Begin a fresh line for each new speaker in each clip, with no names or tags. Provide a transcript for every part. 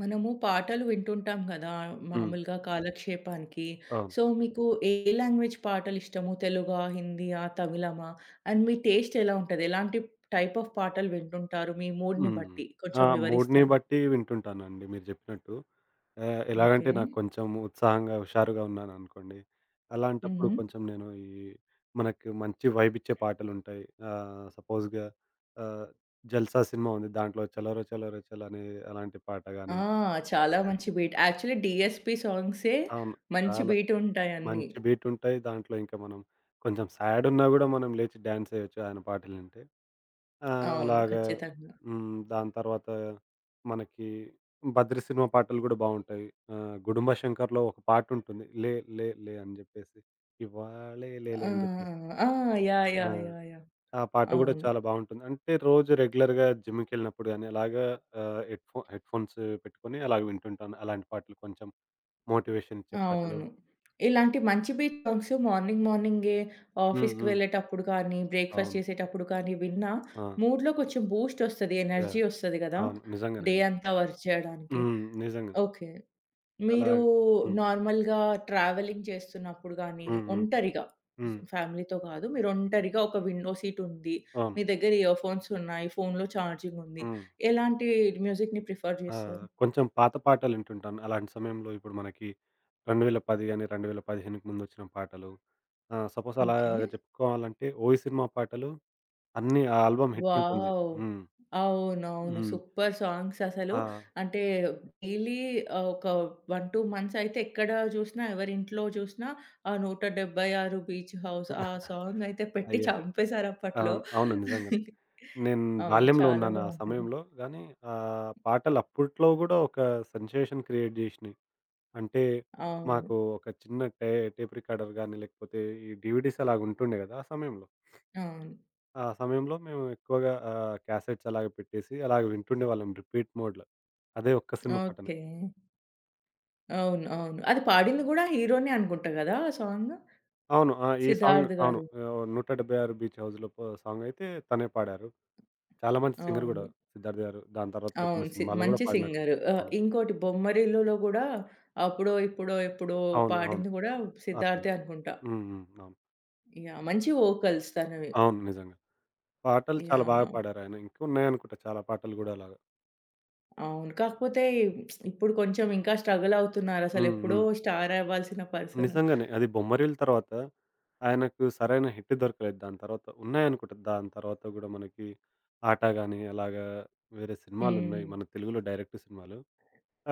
మనము పాటలు వింటుంటాం కదా!
హ్మ్.
మామూలుగా కాలక్షేపానికి.
అవును.
సో, మీకు ఏ లాంగ్వేజ్ పాటలిష్టము? తెలుగా? హిందీయా? తమిళమా? అండ్ మీ టేస్ట్ ఎలా ఉంటది? ఎలాంటి టైప్ ఆఫ్ పాటలు వింటుంటారు? మీ మూడ్‌ని
హ్మ్.
బట్టి
ఆ!
కొంచెం
మూడ్‌ని
వివరిస్తారా?
బట్టి వింటుంటానండి మీరు జెప్పినట్టు.
ఓకే.
ఎలాగంటే నాకు కొంచెం ఉత్సాహంగా, హుషారుగా ఉన్నాననుకోండి, అలాంటప్పుడు
హుహు.
కొంచెం నేను ఈ మనకి మంచి వైబిచ్చే పాటలుంటాయి. ఆహ్, సపోజ్‌గా ఆహ్, 'జల్సా' సినిమా ఉంది. దాంట్లో 'చలరో చలరో చల్' అనే అలాంటి పాట
ఆ!
గాని
చాలా మంచి బీట్. యాక్చువల్లీ DSP సాంగ్సే
అవును.
మంచి
చాలా
బీట్ ఉంటాయన్నీ.
మంచి బీటుంటాయి. దాంట్లో ఇంకా మనం కొంచెం సాడున్నా గూడా మనం లేచి డాన్స్ ఎయొచ్చు ఆయన పాటలింటే. ఆ!
అవును.
అలాగా.
ఖచ్చితంగా.
హ్మ్. దాని తర్వాత మనకి 'బద్రి' సినిమా పాటలు గూడా బావుంటాయి. 'గుడుంబ శంకర్‌లో' ఒక పాటుంటుంది. 'లే లే లే' అని జెప్పేసి. ఇవ్వాళే లేలే
ఆ!
అని జెప్పేసి.
ఆ! ఆ! యాహ్!
ఆ!
యాహ్! యాహ్! యాహ్!
ఆ పాట గూడా
అవును.
చాలా బావుంటుంది. అంటే రోజు రెగ్యులర్‌గా జిమ్‌కెళ్ళినప్పుడు గానీ అలాగా ఆహ్, హెడ్‌ఫో హెడ్‌ఫోన్స్ పెట్టుకొని అలాగ వింటుంటాను. అలాంటి పాటలు కొంచెం మోటివేషన్ ఇచ్చే పాటలు.
అవును. ఇలాంటి మంచి బీట్ సాంగ్స్ మార్నింగ్ మార్నింగే
హ్మ్.
ఆఫీస్‌కి
హ్మ్.
వెళ్ళేటప్పుడు కానీ, బ్రేక్‌ఫాస్ట్
అవును.
చేసేటప్పుడు కానీ విన్నా
ఆ!
మూడ్‌లో కొంచెం బూస్ట్ ఒస్తది.
యాహ్!
ఎనర్జీ ఒస్తది గదా!
అవును. నిజంగానే
డే
అండి.
అంతా వర్క్ చేయడానికి.
హ్మ్. నిజంగా.
ఓకే. మీరు
అలాగ. హ్మ్.
నార్మల్‌గా ట్రావెలింగ్ చేస్తున్నప్పుడు గానీ,
హ్మ్. హ్మ్.
ఒంటరిగా
హ్మ్.
ఫ్యామిలీతో కాదు. మీరు ఒంటరిగా ఒక విండో సీట్ ఉంది.
అవును.
మీ దగ్గర ఇయర్‌ఫోన్స్ ఉన్నాయి. ఫోన్‌లో ఛార్జింగ్ ఉంది.
హ్మ్.
ఎలాంటి మ్యూజిక్‌ని ప్రిఫర్
ఆ!
జేస్తారు?
కొంచెం పాత పాటలింటుంటాను. అలాంటి సమయంలో ఇప్పుడు మనకి 2010 గాని, 2015కి ముందొచ్చిన పాటలు. సపోజ్ అలా
ఓకే.
చెప్పుకోవాలంటే 'ఓయి' సినిమా పాటలు అన్నీ ఆ ఆల్బమ్ హిట్టుంటుంది.
వావ్!
హ్మ్.
అవునవును.
హ్మ్.
సూపర్ సాంగ్స్ అసలు.
ఆ!
అంటే డైలీ ఒక 1, 2 మంత్స్ అయితే ఎక్కడ చూసినా, ఎవరింట్లో చూసినా ఆ 176 బీచ్ హౌస్ ఆ సాంగ్ అయితే పెట్టి
అయ్యో!
చంపేశారు అప్పట్లో.
అవును. అవును. నిజంగానే. నేను
అవును.
బాల్యంలో
చాలా
ఉన్నాను ఆ
బావుంటది.
సమయంలో గానీ, పాటలు అప్పట్లో గూడా ఒక సెన్సేషన్ క్రియేట్ జేసినయి. అంటే
అవును.
మాకు ఒక చిన్న టేప్ రికార్డర్ గానీ, లేకపోతే ఈ డీవీడీస్ అలాగుంటుండే గదా! ఆ సమయంలో.
అవును.
ఆ సమయంలో మేము ఎక్కువగా క్యాసెట్స్ అలాగ పెట్టేసి అలాగ వింటుండేవాళ్ళం రిపీట్ మోడ్‌లో. అదే ఒక్క సినిమా పాటని.
ఓకే. అవును. అవును. అది పాడింది గూడా హీరోనే అనుకుంటా గదా! ఆ సాంగ్?
అవును. ఆ! ఈ సాంగ్
సిద్ధార్థ్
అవును.
గారు.
'176 బీచ్ హౌస్‌లో' ప సాంగ్ అయితే తనే పాడారు. చాలా మంచి సింగర్ గూడా
అవును.
'సిద్ధార్థ్' గారు. దాని తర్వాత కొన్ని
అవును. సి
సినిమాల్లో గూడా
మంచి
పాడినట్టు.
సింగరు.
అవును.
ఇంకోటి 'బొమ్మరిల్లులో' గూడా అప్పుడో, ఇప్పుడో, ఎప్పుడో
అవును. అవును.
పాడింది గూడా
అతనే.
సిద్ధార్థే అనుకుంటా.
హ్మ్. హ్మ్. అవును.
యాహ్! మంచి వోకల్స్ తనవి.
అవును. నిజంగా. పాటలు చాలా బాగా
యాహ్!
పాడారాయన. ఇంకున్నాయనుకుంటా చాలా పాటలు గూడా అలాగా.
అవును. కాకపోతే ఇప్పుడు కొంచెం ఇంకా స్ట్రగుల్ అవుతున్నారు.
హ్మ్.
అసలెప్పుడో
హ్మ్.
స్టార్ అవ్వాల్సిన పర్సన్.
నిజంగానే. అది 'బొమ్మరిల్లు' తర్వాత ఆయనకు సరైన హిట్ దొరకలేదు. దాని తర్వాత ఉన్నాయనుకుంట. దాని తర్వాత గూడా మనకి 'ఆట' గాని, అలాగా వేరే సినిమాలున్నాయి.
హ్మ్.
మన తెలుగులో డైరెక్ట్ సినిమాలు.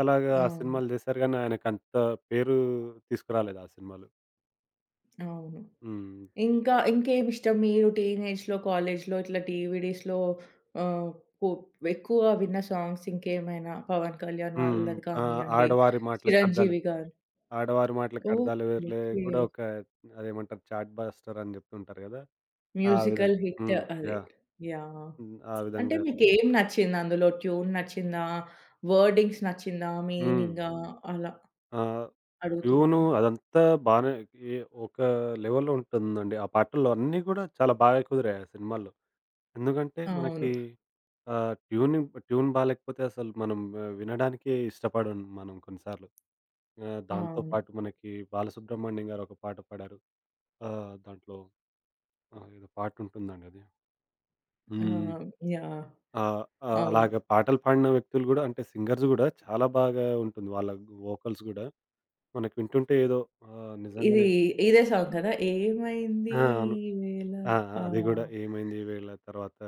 అలాగా ఆ
అవును.
సినిమాలు జేశారు గానీ, ఆయనకంత పేరు తీసుకురాలేదు ఆ సినిమాలు.
అవును.
హ్మ్.
ఇంకా ఇంకేమిష్టం మీరు టీనేజ్‌లో, కాలేజ్‌లో ఇట్లా టీవీడీస్‌లో ఆహ్, కు ఎక్కువగా విన్న సాంగ్స్ ఇంకేమైనా 'పవన్ కళ్యాణ్'
హ్మ్.
వాళ్ళది
ఆ!
కానియండి,
'ఆడవారి మాటలకు అర్థాలే'
'చిరంజీవి' గారు
'ఆడవారి మాటలకు
ఓహ్!
అర్థాలు వేరులే'
ఓకే.
గూడా ఒక అదేమంటారు చార్ట్ బస్టర్ అని జెప్తుంటారు గదా! ఆ
మ్యూజికల్
విధంగా.
హిట్
హ్మ్.
అది.
యాహ్!
యాహ్!
హ్మ్. ఆ
అంటే
విధంగా.
మీకేం నచ్చింది అందులో? ట్యూన్ నచ్చిందా? వర్డింగ్స్ నచ్చిందా?
హ్మ్.
మీనింగా? అలా
ఆ! ట్యూను
అడుగుతున్నాను.
అదంతా బానే ఏ ఒక లెవెల్‌లో ఉంటుందండి. ఆ పాటల్లో అన్నీ గూడా చాలా బాగా కుదిరాయి ఆ సినిమాల్లో. ఎందుకంటే
అవును.
మనకి ఆహ్, ట్యూనింగ్ ట్యూన్ బాలేకపోతే అసలు మనం వినడానికే ఇష్టపడం మనం కొన్ని సార్లు. దాంతో
అవును.
పాటు మనకి బాలసుబ్రహ్మణ్యం గారు ఒక పాట పాడారు. ఆహ్, దాంట్లో ఏదో పాట ఉంటుందండి అది.
ఆ!
హ్మ్.
యాహ్!
ఆహ్, ఆహ్,
అవును.
అలాగ పాటలు పాడిన వ్యక్తులు గూడా అంటే సింగర్స్ గూడా చాలా బాగా ఉంటుంది. వాళ్ళ వోకల్స్ గూడా మనకు వింటుంటే ఏదో
ఇది
నిజంగానే.
ఇదే సాంగ్ కదా! ఏమైంది
ఆ! అవును.
ఈవేళ
ఆ!
ఆ!
అది గూడా ఏమైంది ఈవేళ తర్వాత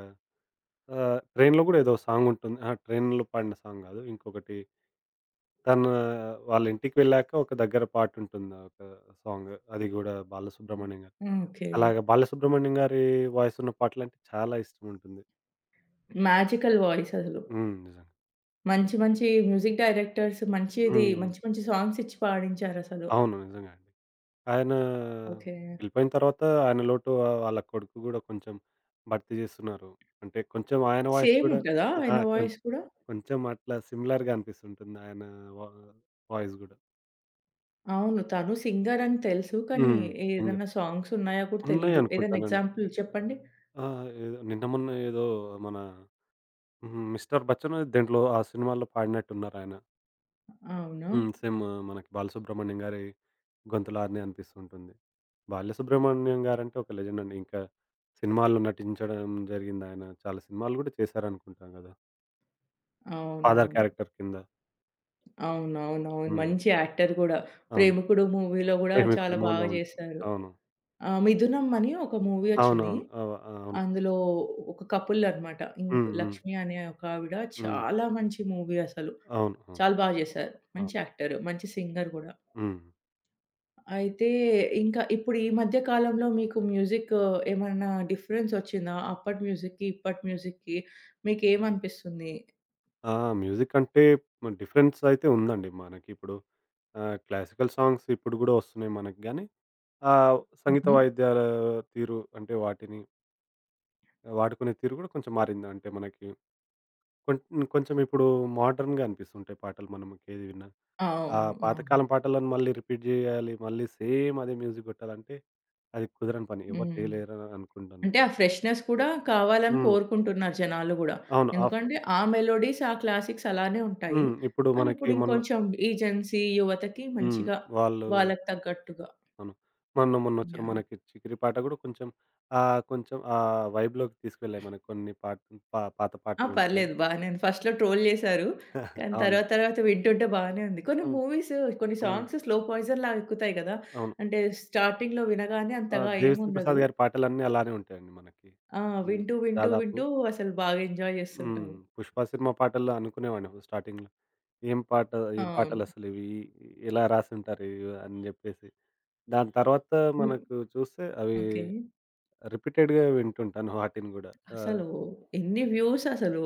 ట్రైన్‌లో గూడా ఏదో సాంగ్ ఉంటుంది. అహా! ట్రైన్‌లో పాడిన సాంగ్ గాదు. ఇంకొకటి తను వాళ్ళ ఇంటికి వెళ్ళాక ఒక దగ్గర పాటుంటుంది. ఒక సాంగ్ అది గూడా బాలసుబ్రహ్మణ్యం గారిది.
ఓకే.
అలాగే బాలసుబ్రహ్మణ్యం గారి వాయిస్ ఉన్న పాటలంటే చాలా ఇష్టముంటుంది.
మ్యాజికల్ వాయిస్ అసలు.
హ్మ్. నిజంగా.
మంచి మంచి మ్యూజిక్ డైరెక్టర్స్ మంచిది
హ్మ్.
మంచి మంచి సాంగ్స్ ఇచ్చి పాడించారసలు.
అవును. నిజంగా అండి. ఆయన
ఓకే.
వెళ్ళిపోయిన తర్వాత ఆయన లోటు వాళ్ళ కొడుకు గూడా కొంచెం భర్తీ జేస్తున్నారు. అంటే కొంచెం ఆయన వాయిస్
సేమ్
గూడా
ఉంటదా
ఆ!
ఆయన
కొంచెం
వాయిస్ కూడా?
కొంచెం అట్లా సిమిలర్‌గా అనిపిస్తుంటుంది ఆయన వా వాయిస్ గూడా.
అవును. తను సింగర్ అని తెలుసు. కానీ
హ్మ్. సింగర్.
ఏదన్నా సాంగ్స్ ఉన్నాయా కూడా తెలీదు. ఏదైనా
ఉన్నాయనుకుంటానండి.
ఎగ్జాంపుల్ చెప్పండి?
ఆ! ఏదో నిన్న మొన్న ఏదో మన హ్మ్. 'మిస్టర్ బచ్చన్' దేంట్లో ఆ సినిమాలో పాడినట్టున్నారాయన.
అవునా?
హ్మ్. సేమ్ మనకి 'బాలసుబ్రహ్మణ్యం' గారి గొంతులానే అనిపిస్తుంటుంది. 'బాలసుబ్రహ్మణ్యం' గారంటే ఒక లెజెండ్ అండి. ఇంకా సినిమాల్లో నటించడం జరిగిందాయన. చాలా సినిమాలు గూడా చేశారనుకుంటాను గదా! ఫాదర్
అవునవును.
క్యారెక్టర్ కింద.
అవునవునవును.
హ్మ్.
మంచి యాక్టర్ గూడా.
అవును.
'ప్రేమికుడు' మూవీలో గూడా
'ప్రేమికుడు
చాలా బాగా
మూవీలో' ఉంటుంది.
చేశారు.
అవును.
ఆ! 'మిథునం' అని ఒక మూవీ వచ్చింది.
అవునవును. అవును.
అందులో ఒక కపుల్ అన్నమాట. ఇంక్
హ్మ్. హ్మ్.
లక్ష్మి అనే ఒక ఆవిడ
హ్మ్.
చాలా మంచి మూవీ అసలు.
అవును. అవును.
చాలా బాగా చేశారు. మంచి
అవును.
యాక్టర్, మంచి సింగర్ గూడా.
హ్మ్.
అయితే ఇంకా ఇప్పుడు ఈ మధ్య కాలంలో మీకు మ్యూజిక్ ఏమన్నా డిఫరెన్స్ వచ్చిందా? అప్పటి మ్యూజిక్‌కి, ఇప్పటి మ్యూజిక్‌కి మీకేమనిపిస్తుంది?
ఆ! మ్యూజిక్ అంటే మరి డిఫరెన్స్ అయితే ఉందండి మనకిప్పుడు. క్లాసికల్ సాంగ్స్ ఇప్పుడు గూడా వస్తున్నాయి మనకి గానీ, ఆ సంగీత
హుహు.
వాయిద్యాల తీరు అంటే వాటిని వాడుకునే తీరు గూడా కొంచెం మారింది. అంటే మనకి కొం కొంచెం ఇప్పుడు మోడర్న్‌గా అనిపిస్తుంటాయి పాటలు మనకి ఏది విన్నా. ఆ
అవును. అవును.
పాతకాలం పాటలను మళ్ళీ రిపీట్ జేయాలి. మళ్ళీ సేమ్ అదే మ్యూజిక్ గొట్టాలంటే అది కుదరని పని. ఎవరు
హ్మ్.
చేయలేరు అనుకుంటాను.
అంటే ఆ ఫ్రెష్‌నెస్ కూడా కావాలని
హ్మ్.
కోరుకుంటున్నారు జనాలు గూడా.
అవును. ఆఫ్.
ఎందుకంటే ఆ మెలోడీస్, ఆ క్లాసిక్స్ అలానే ఉంటాయి.
హ్మ్. ఇప్పుడు
కానీ
మనకి
ఇప్పుడు
మొన్న.
ఇంకొంచెం ఈ జెన్‌సీ యువతకి
హ్మ్.
మంచిగా
వాళ్ళు
వాళ్ళకి తగ్గట్టుగా.
అవును. మొన్న మొన్నొచ్చిన
యాహ్!
మనకి 'చికిరి' పాట గూడా కొంచెం కొంచెం ఆ వైబ్‌లోకి తీసుకెళ్ళాయి మనకు కొన్ని పాట పాత
ఆ!
పాటలుంటాయి గదా!
పర్లేదు బానే ఉంది. ఫస్ట్‌లో ట్రోల్ చేశారు. కానీ
అవును.
తర్వాత తర్వాత వింటుంటే బానే ఉంది. కొన్ని
హ్మ్.
మూవీస్, కొన్ని
హ్మ్.
సాంగ్స్ స్లో పాయిజన్‌లాగా ఎక్కుతాయి కదా!
అవును.
అంటే స్టార్టింగ్‌లో వినగానే
ఆ!
అంతగా
'దేవిశ్రీ
ఏముండదు.
ప్రసాద్' గారి పాటలన్నీ అలానే ఉంటాయండి మనకి.
ఆ!
హ్మ్.
వింటూ, వింటూ,
దాదాపు.
వింటూ అసలు బాగా ఎంజాయ్
హ్మ్.
చేస్తుంటాము.
'పుష్ప' సినిమా పాటల్లో అనుకునేవాడిని స్టార్టింగ్‌లో. ఏం పాట ఏం
అవును.
పాటలసలివి? ఎలా రాసుంటారు ఇవి అని జెప్పేసి. దాని తర్వాత
హ్మ్.
మనకు చూస్తే అవి
ఓకే.
రిపీటెడ్‌గా వింటుంటాను వాటిని గూడా. ఆ!
అసలు ఎన్ని వ్యూస్ అసలు.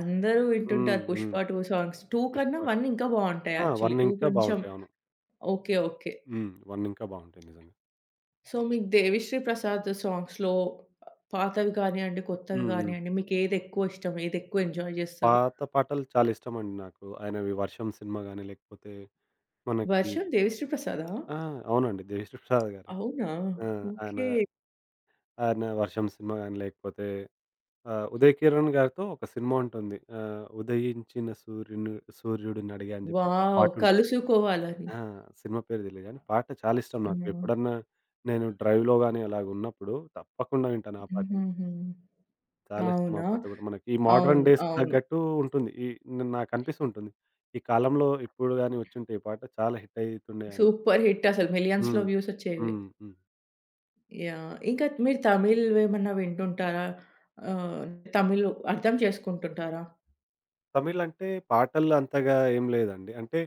అందరూ
హ్మ్.
వింటుంటారు 'పుష్ప
హ్మ్.
2' సాంగ్స్. 2 కన్నా
'పుష్ప'
1 ఇంకా బావుంటాయి
ఆ!
యాక్చువల్లీ.
1
2
ఇంకా
కొంచెం
బావుంటాయి. అవును.
ఓకే. ఓకే.
హ్మ్. 1 ఇంకా బావుంటాయి నిజంగా.
సో, మీకు 'దేవిశ్రీ ప్రసాద్' సాంగ్స్‌లో పాతవి గానియండి, కొత్తవి
హ్మ్. హ్మ్.
గానియండి మీకేదెక్కువ ఇష్టం? ఏదెక్కువ ఎంజాయ్ జేస్తారు?
పాత పాటలు చాలా ఇష్టమండి నాకు. ఆయనవి 'వర్షం' సినిమా గాని, లేకపోతే మనకి
వర్షం 'దేవిశ్రీ ప్రసాదా'?
ఆ! అవునండి. 'దేవిశ్రీప్రసాద్' గారే.
అవునా?
ఆ! ఆయన
ఓకే.
ఆయన 'వర్షం' సినిమా గాని, లేకపోతే 'ఉదయ్ కిరణ్' గారితో ఒక సినిమా ఉంటుంది. 'ఉదయించిన సూర్యుని సూర్యుడినడిగా' అని చెప్పేసి ఒక
వావ్!
పాటుంటుంది.
కలుసుకోవాలని.
ఆ! సినిమా పేరు తెలీదు గానీ, పాట చాలా ఇష్టం నాకు.
హ్మ్.
ఎప్పుడన్నా నేను డ్రైవ్‌లో గాని అలాగున్నప్పుడు తప్పకుండా వింటాను ఆ పాటలు.
హుహుహు.
చాలా ఇష్టం ఆ
అవునా?
పాట గూడా మనకి. ఈ మోడ్రన్
అవును.
డేస్‌కి
అవును.
తగ్గట్టు ఉంటుంది. ఈ నాకనిపిస్తుంటుంది. ఈ కాలంలో ఇప్పుడు గాని వచ్చుంటే ఈ పాట చాలా హిట్ అయితుండే అని.
సూపర్ హిట్ అసలు మిలియన్స్‌లో
హ్మ్.
వ్యూస్ వచ్చేవి.
హ్మ్. హ్మ్.
యాహ్! ఇంకా మీరు తమిళ్‌వేమన్నా వింటుంటారా? ఆహ్, తమిళ్ అర్థం చేసుకుంటుంటారా?
తమిళ్ అంటే పాటలు అంతగా ఏం లేదండి. అంటే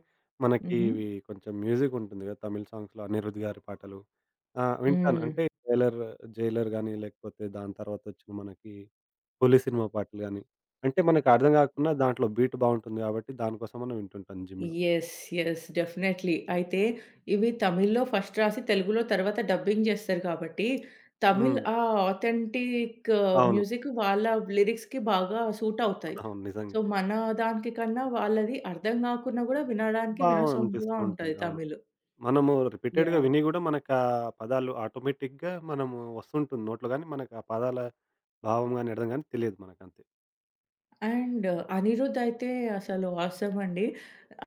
మనకి
హుహు.
ఇవి కొంచెం మ్యూజిక్ ఉంటుంది గదా! తమిళ్ సాంగ్స్‌లో అనిరుద్ గారి పాటలు. ఆ! వింటాను.
హ్మ్.
అంటే 'జైలర్' గాని లేకపోతే దాని తర్వాత వచ్చిన మనకి 'కూలి' సినిమా పాటలు గాని. అంటే మనకు అర్థం గాకున్నా దాంట్లో బీట్ బావుంటుంది గాబట్టి దానికోసమని వింటుంటాను జిమ్‌లో.
యెస్. యెస్. డెఫినైట్‌లీ. అయితే ఇవి తమిళ్‌లో ఫస్ట్ రాసి తెలుగులో తర్వాత డబ్బింగ్ జేస్తారు కాబట్టి తమిళ్
హ్మ్.
ఆథెంటిక్
అవును.
మ్యూజిక్ వాళ్ళ లిరిక్స్‌కి బాగా సూట్ అవుతాయి.
అవును. నిజంగా.
సో, మన దానికి కన్నా వాళ్ళది అర్థం గాకున్నా గూడా వినడానికి
బావనిపిస్తూ
వినసొంపుగా
ఉంటుంది.
ఉంటది
అవును.
తమిళ్.
మనము రిపీటెడ్‌గా
యాహ్!
విని గూడా మనకా పదాలు ఆటోమేటిక్‌గా మనము వస్తుంటుంది నోట్లో గానీ, మనకు ఆ పదాల భావం గానీ, అర్థం గానీ తెలియదు మనకంతే.
అండ్ 'అనిరుద్' అయితే అసలు ఆసమ్ అండి.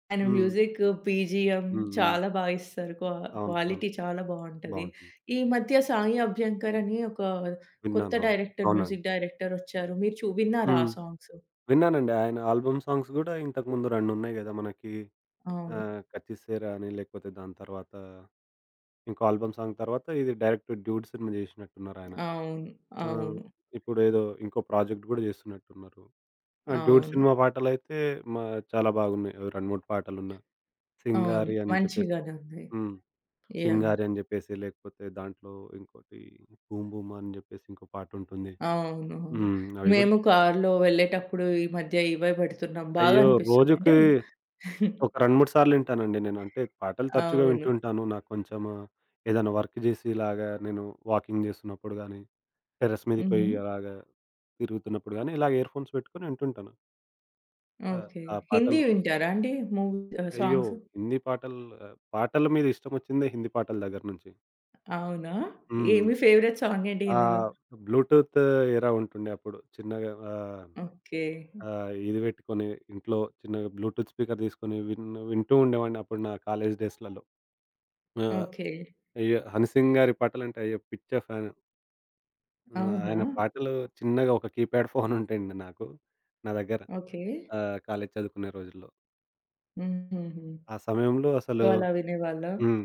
ఆయన
హ్మ్.
మ్యూజిక్, BGM
హ్మ్. హ్మ్.
చాలా బా ఇస్తారు.
అవును. అవును.
క్వాలిటీ చాలా బావుంటది.
బావుంటుంది.
ఈ మధ్య 'సాయి అభ్యంకర్' అని ఒక కొత్త
విన్నాను. అవును.
డైరెక్టర్,
అవునండి.
మ్యూజిక్ డైరెక్టర్ ఒచ్చారు. మీరు విన్నారా
హ్మ్.
ఆ సాంగ్స్?
విన్నానండి. ఆయన ఆల్బమ్ సాంగ్స్ గూడా ఇంతకుముందు 2 ఉన్నాయి గదా! మనకి
అవును.
'కచ్చిసేరా' అని లేకపోతే దాని తర్వాత ఇంకో ఆల్బమ్ సాంగ్ తర్వాత ఇది డైరెక్ట్ 'డ్యూడ్' సినిమా జేసినట్టున్నారాయన.
అవును.
ఆ!
అవును.
ఇప్పుడేదో ఇంకో ప్రాజెక్ట్ గూడా జేస్తున్నట్టున్నారు. ఆ! 'డూడ్'
అవును.
సినిమా పాటలైతే మా చాలా బాగున్నాయి. ఓ 2, 3 పాటలున్న
అవును.
'సింగారి' అని చెప్పేసి.
మంచిగానే ఉంది.
హ్మ్.
యాహ్!
'సింగారి' అని చెప్పేసి లేకపోతే దాంట్లో ఇంకోటి 'బూమ్ బూమ్' అని చెప్పేసి ఇంకో పాటుంటుంది.
అవునవును.
హ్మ్. అవి గూడా
మేము కార్‌లో వెళ్ళేటప్పుడు ఈ మధ్య ఇవే పెడుతున్నాం. బాగా
అయ్యో!
అనిపిస్తున్నాయి. అంటే
రోజుకి ఒక 2, 3 సార్లు వింటానండి నేను. అంటే పాటలు తరచుగా
అవును.
వింటూ ఉంటాను. నాకు కొంచెం ఏదైనా వర్క్ చేసి ఇలాగా నేను వాకింగ్ చేస్తున్నప్పుడు గానీ, టెర్రస్ మీదకి పోయి
హుహు.
అలాగా తిరుగుతున్నప్పుడు గానీ, ఇలాగ ఇయర్‌ఫోన్స్ పెట్టుకొని వింటుంటాను. ఆ!
ఓకే.
ఆ
హిందీ
పాటలు
వింటారా అండి? మూవీ
అయ్యో!
సాంగ్స్?
హిందీ పాటలు పాటల మీద ఇష్టమొచ్చిందే హిందీ పాటల దగ్గర నుంచి.
అవునా? ఏ
హ్మ్.
మీ ఫేవరెట్ సాంగ్ ఏంటి హిందీలో?
ఆహ్, బ్లూటూత్ ఎరా ఉంటుండే అప్పుడు. చిన్నగా ఆహ్,
ఓకే.
ఆహ్, ఇది పెట్టుకొని ఇంట్లో చిన్నగా బ్లూటూత్ స్పీకర్ తీసుకొని వింటూ ఉండేవాడిని అప్పుడు నా కాలేజ్ డేస్‌లలో. ఆ!
ఓకే.
అయ్యో! 'హనీసింగ్' గారి పాటలంటే అయ్యో! పిచ్చ ఫ్యాను. హ్మ్.
అవునా?
ఆయన పాటలు చిన్నగా ఒక కీప్యాడ్ ఫోన్ ఉంటుండే నాకు. నా దగ్గర
ఓకే.
కాలేజ్ చదువుకునే రోజుల్లో.
హుహుహు.
ఆ సమయంలో
సో,
అసలు
అలా వినేవాళ్ళా?
హ్మ్.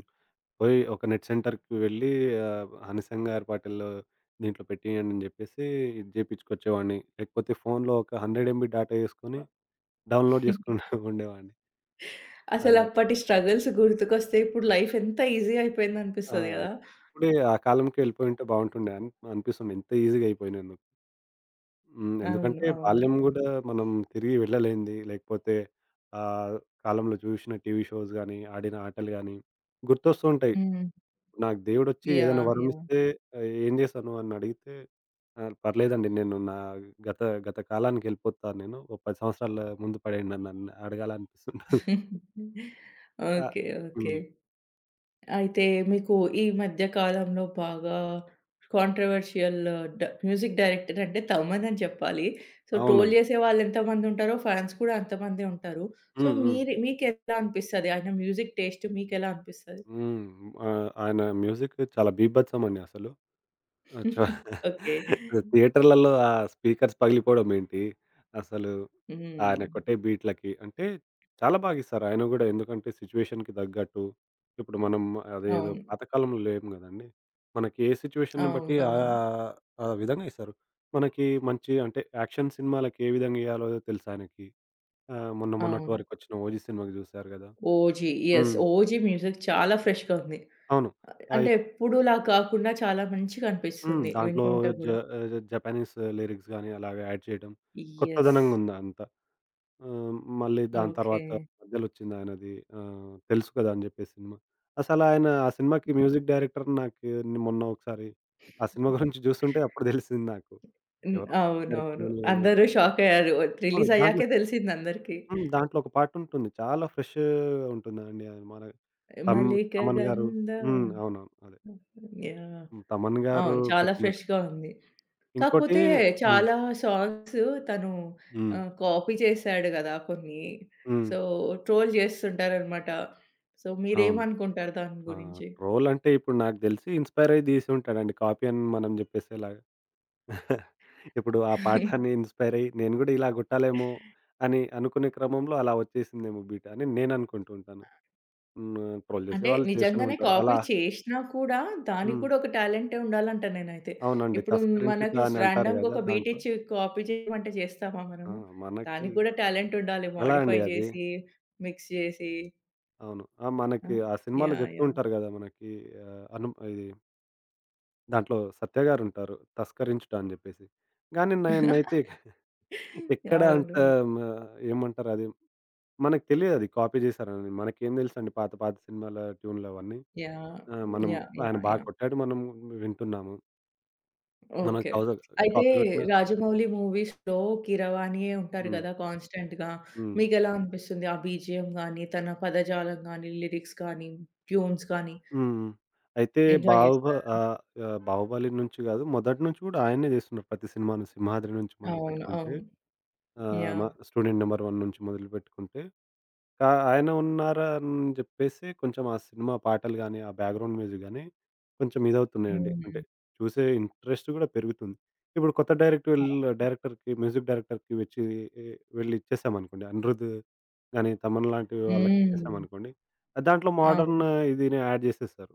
పోయి ఒక నెట్ సెంటర్‌కి వెళ్ళి 'హనీసింగార్ పాటిల్' దీంట్లో పెట్టియండి అని జెప్పేసి ఇది జేపించుకొచ్చేవాడిని. లేకపోతే ఫోన్‌లో ఒక 100 ఎంబీ డాటా యేసుకొని డౌన్‌లోడ్ జేసుకుంటూ ఉండేవాడిని. అలా
అసలప్పటి స్ట్రగల్స్ గుర్తుకొస్తే ఇప్పుడు లైఫ్ ఎంత ఈజీ
ఆ!
అయిపోయిందనిపిస్తది గదా!
అప్పుడే ఆ కాలంకే వెళ్ళిపోయుంటే బావుంటుండే అని అనిపిస్తుంది. ఎంత ఈజీగా అయిపోయినానో. హ్మ్.
అవును.
ఎందుకంటే
అవును.
బాల్యం గూడా మనం తిరిగి వెళ్ళలేనిది లేకపోతే ఆ కాలంలో చూసిన టీవీ షోస్ గాని, ఆడిన ఆటలు గాని గుర్తొస్తూ ఉంటాయి.
హ్మ్.
నాకు దేవుడొచ్చి ఏదైనా
యాహ్! యాహ్!
వరమిస్తే ఏం చేశాను అని అడిగితే, పర్లేదండి నేను నా గత గత కాలానికి వెళ్ళిపోతాను నేను. ఓ 10 సంవత్సరాల ముందు పడేయండి అని నన్ను అడగాలనిపిస్తుంటది. ఆ!
ఓకే. ఓకే.
హ్మ్.
అయితే మీకు ఈ మధ్య కాలంలో బాగా కాంట్రోవర్షియల్ మ్యూజిక్ డైరెక్టర్ అంటే తమన్ అని చెప్పాలి. సో, ట్రోల్
అవునండి.
చేసే వాళ్ళు ఎంతమంది ఉంటారో ఫాన్స్ కూడా అంతమందే ఉంటారు. సో,
హ్మ్. హ్మ్.
మీకెలా అనిపిస్తది? ఆయన మ్యూజిక్ టేస్ట్ మీకెలా అనిపిస్తది?
హ్మ్. ఆయన మ్యూజిక్ చాలా బీభత్సమండి అసలు. అచ్చా!
ఓకే.
థియేటర్‌లలో ఆ స్పీకర్స్ పగిలిపోవడమేంటి? అసలు
హ్మ్.
ఆయన కొట్టే బీట్లకి అంటే చాలా బాగా ఇస్తారు ఆయన గూడా. ఎందుకంటే సిట్యుయేషన్‌కి తగ్గట్టు ఇప్పుడు మనం అదేదో
అవును.
పాతకాలంలో లేము గదండీ. మనకి ఏ సిట్యుయేషన్‌ని బట్టి
అవునవును. అవును.
ఆ విధంగా ఇస్తారు. మనకి మంచి అంటే యాక్షన్ సినిమాలకి ఏ విధంగా ఇయ్యాలో తెలుసాయనకి. మొన్న మొన్నటి
అవును
వరకొచ్చిన 'ఓజీ' సినిమాకి జూసారు గదా!
ఓజీ. యెస్.
హ్మ్.
ఓజీ మ్యూజిక్ చాలా ఫ్రెష్‌గా ఉంది.
అవును. ఆ!
అంటే ఎప్పుడులా కాకుండా చాలా మంచిగా
హ్మ్.
అనిపిస్తుంది
దాంట్లో
వింటుంటే
జ
గూడా.
జపానీస్ లిరిక్స్ గాని అలాగా యాడ్ చేయడం.
యెస్.
కొత్తదనంగుంది అంతా. ఆహ్, మళ్ళీ దాని
ఓకే.
తర్వాత మధ్యలొచ్చిందాయనది 'తెలుసు కదా' అని జెప్పేసి సినిమా. అసలాయన ఆ సినిమాకి మ్యూజిక్ డైరెక్టర్ నాకు మొన్న ఒకసారి ఆ సినిమా గురించి జూస్తుంటే అప్పుడు దెలిసింది నాకు.
హ్మ్.
ఎవరో కొత్త డైరెక్టర్
అవునవును.
అని ఏమో
అందరూ షాకయ్యారు.
అవును. దాంట్లో
రిలీజయ్యాకే తెలిసిందందరికీ.
హ్మ్. దాంట్లో ఒక పాటుంటుంది. చాలా ఫ్రెష్ ఉంటుందండి అది మన తమ్
'మల్లిక
తమన్
గంధ'
గారు హ్మ్. అవునవును. అదే.
యాహ్!
హ్మ్. తమన్ గారు
అవును. చాలా
కొట్టినట్టు.
ఫ్రెష్‌గా ఉంది.
ఇంకోటి
కాకపోతే
హ్మ్.
చాలా సాంగ్స్ తను
హ్మ్.
కాపీ చేసాడు గదా! కొన్ని.
హ్మ్.
So, troll చేస్తుంటారనమాట. సో,
అవును.
మీరేమనుకుంటారు దాని
ఆ!
గురించి?
ట్రోలంటే ఇప్పుడు నాకు తెలిసి ఇన్‌స్పైర్ అయ్యి తీసుంటాడండి కాపీ అని మనం జెప్పేసేలాగా. ఇప్పుడు ఆ పాఠాన్ని ఇన్‌స్పైర్ అయ్యి నేను గూడా ఇలా గొట్టాలేమో అని అనుకునే క్రమంలో అలా వచ్చేసిందేమో బీట్ అని నేననుకుంటూ ఉంటాను. హ్మ్. ట్రోల్
అంటే
చేసేవాళ్ళు చేస్తూనే
నిజంగానే
ఉంటారు.
కాపీ
అలా
చేషినా కూడా, దానికి
హ్మ్.
కూడా ఒక టాలెంటే ఉండాలంట నేనైతే.
అవునండి.
ఇప్పుడు మనకి
'తస్కరించుట' అని అంటారు
రాండమ్‌గా
గదా!
ఒక బీట్
దాంట్లో.
ఇచ్చి కాపీ చేయమంటే చేస్తామా
ఆ!
మనము?
మనకి
దానికి కూడా టాలెంట్ ఉండాలి.
ఎలా
మోడిఫై
అండి అది?
చేసి, మిక్స్ చేసి.
అవును. ఆ!
ఆ!
మనకి ఆ సినిమాలో
యాహ్!
జెప్తూ
యాహ్!
ఉంటారు గదా! మనకి ఆహ్, అను ఇది దాంట్లో 'సత్య' గారుంటారు 'తస్కరించుట' అని జెప్పేసి. గానీ నేనైతే ఎక్కడ అంత
అవును.
మ ఏమంటారు అది, మనకు తెలియదది కాపీ చేశారని. మనకేం తెలుసండి పాత, పాత సినిమాల ట్యూన్‌లు అవన్నీ.
యాహ్!
ఆ! మనం
యాహ్!
ఆయన
యాహ్!
బా
యాహ్!
కొట్టాడు. మనం వింటున్నాము. మనం
ఓకే.
కౌజ
అయితే
కాపీ కొట్టిన.
'రాజమౌళి' మూవీస్‌లో కీరవాణియే ఉంటారు
హ్మ్.
కదా! కాన్స్టెంట్‌గా.
హ్మ్.
మీకెలా అనిపిస్తుంది? ఆ BGM గాని, తన పదజాలం గాని, లిరిక్స్ గాని, ట్యూన్స్ గాని?
హ్మ్. అయితే
ఎంజాయ్
బాహుబ
చేస్తారు.
ఆహ్, ఆహ్, 'బాహుబలి' నుంచి కాదు మొదటి నుంచి కూడా ఆయనే చేస్తున్నారు ప్రతి సినిమాను. 'సింహాద్రి' నుంచి
అవును.
మొదలుపెట్టుకుంటే
అవును.
ఆహ్, మ
యాహ్!
'స్టూడెంట్ నంబర్ వన్' నుంచి మొదలుపెట్టుకుంటే ఆ! ఆయన ఉన్నారా అని జెప్పేసి కొంచెం ఆ సినిమా పాటలు గాని, ఆ బ్యాక్‌గ్రౌండ్ మ్యూజిక్ గాని కొంచెం ఇదవుతున్నాయండి.
హ్మ్.
అంటే చూసే ఇంట్రెస్ట్ గూడా పెరుగుతుంది. ఇప్పుడు కొత్త డైరెక్ట్
అవును.
వీళ్ళ డైరెక్టర్‌కి మ్యూజిక్ డైరెక్టర్‌కి వచ్చి ఎ వెళ్ళి ఇచ్చేసామనుకోండి. అనిరుద్ గాని, తమన్ లాంటి వాళ్ళకి
హ్మ్.
ఇచ్చేసామనుకోండి. ఆ దాంట్లో మోడర్న్
అవును.
ఇదిని యాడ్ జేసేస్తారు.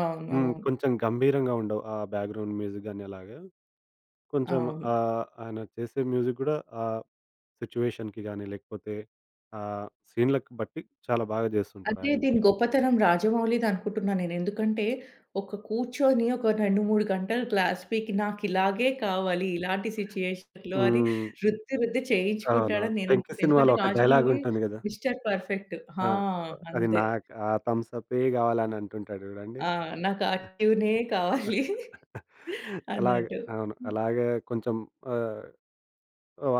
అవును.
హ్మ్.
అవును.
కొంచెం గంభీరంగా ఉండవు. ఆ బ్యాక్‌గ్రౌండ్ మ్యూజిక్ గాని అలాగా కొంచెం
అవును.
ఆయన చేసే మ్యూజిక్ గూడా ఆ సిట్యుయేషన్‌కి గాని, లేకపోతే సీన్‌లకి బట్టి చాలా బాగా
అంటే
జేస్తుంటారాయన.
దీని గొప్పతనం రాజమౌళిదనుకుంటున్నా నేను. ఎందుకంటే ఒక కూర్చొని ఒక 2, 3 గంటలు క్లాస్ పీకి నాకిలాగే కావాలి. ఇలాంటి సిట్యుయేషన్‌లో అని
హ్మ్.
రుద్ది రుద్ది
అవునవును.
చేయించుకుంటాడని
'వెంకి'
నేననుకుంటున్నా.
సినిమాలో
ఎందుకంటే
ఒక డైలాగ్
రాజమౌళి
ఉంటుంది గదా!
మిస్టర్ పర్ఫెక్ట్.
ఆ!
ఆ!
అది
అంతే.
నాకు ఆ థమ్స్ అప్పే గావాలని అంటుంటాడు జూడండి.
ఆ! నాకు ఆ ట్యూనే కావాలి
అలాగే
అన్నట్టు.
అవును. అలాగే కొంచెం ఆహ్,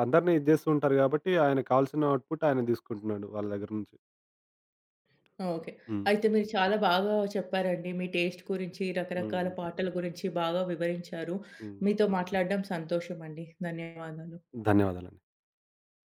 అందరిని ఇది జేస్తూ ఉంటారు గాబట్టి, ఆయనకు కావాల్సిన అవుట్‌పుట్ ఆయన దీసుకుంటున్నాడు వాళ్ళ దగ్గర నుంచి.
ఓకే.
హ్మ్.
అయితే మీరు చాలా బాగా చెప్పారండి. మీ టేస్ట్ గురించి,
హ్మ్.
రకరకాల
హ్మ్.
పాటల గురించి బాగా వివరించారు.
హ్మ్.
మీతో మాట్లాడడం సంతోషమండి. ధన్యవాదాలు.
ధన్యవాదాలండి.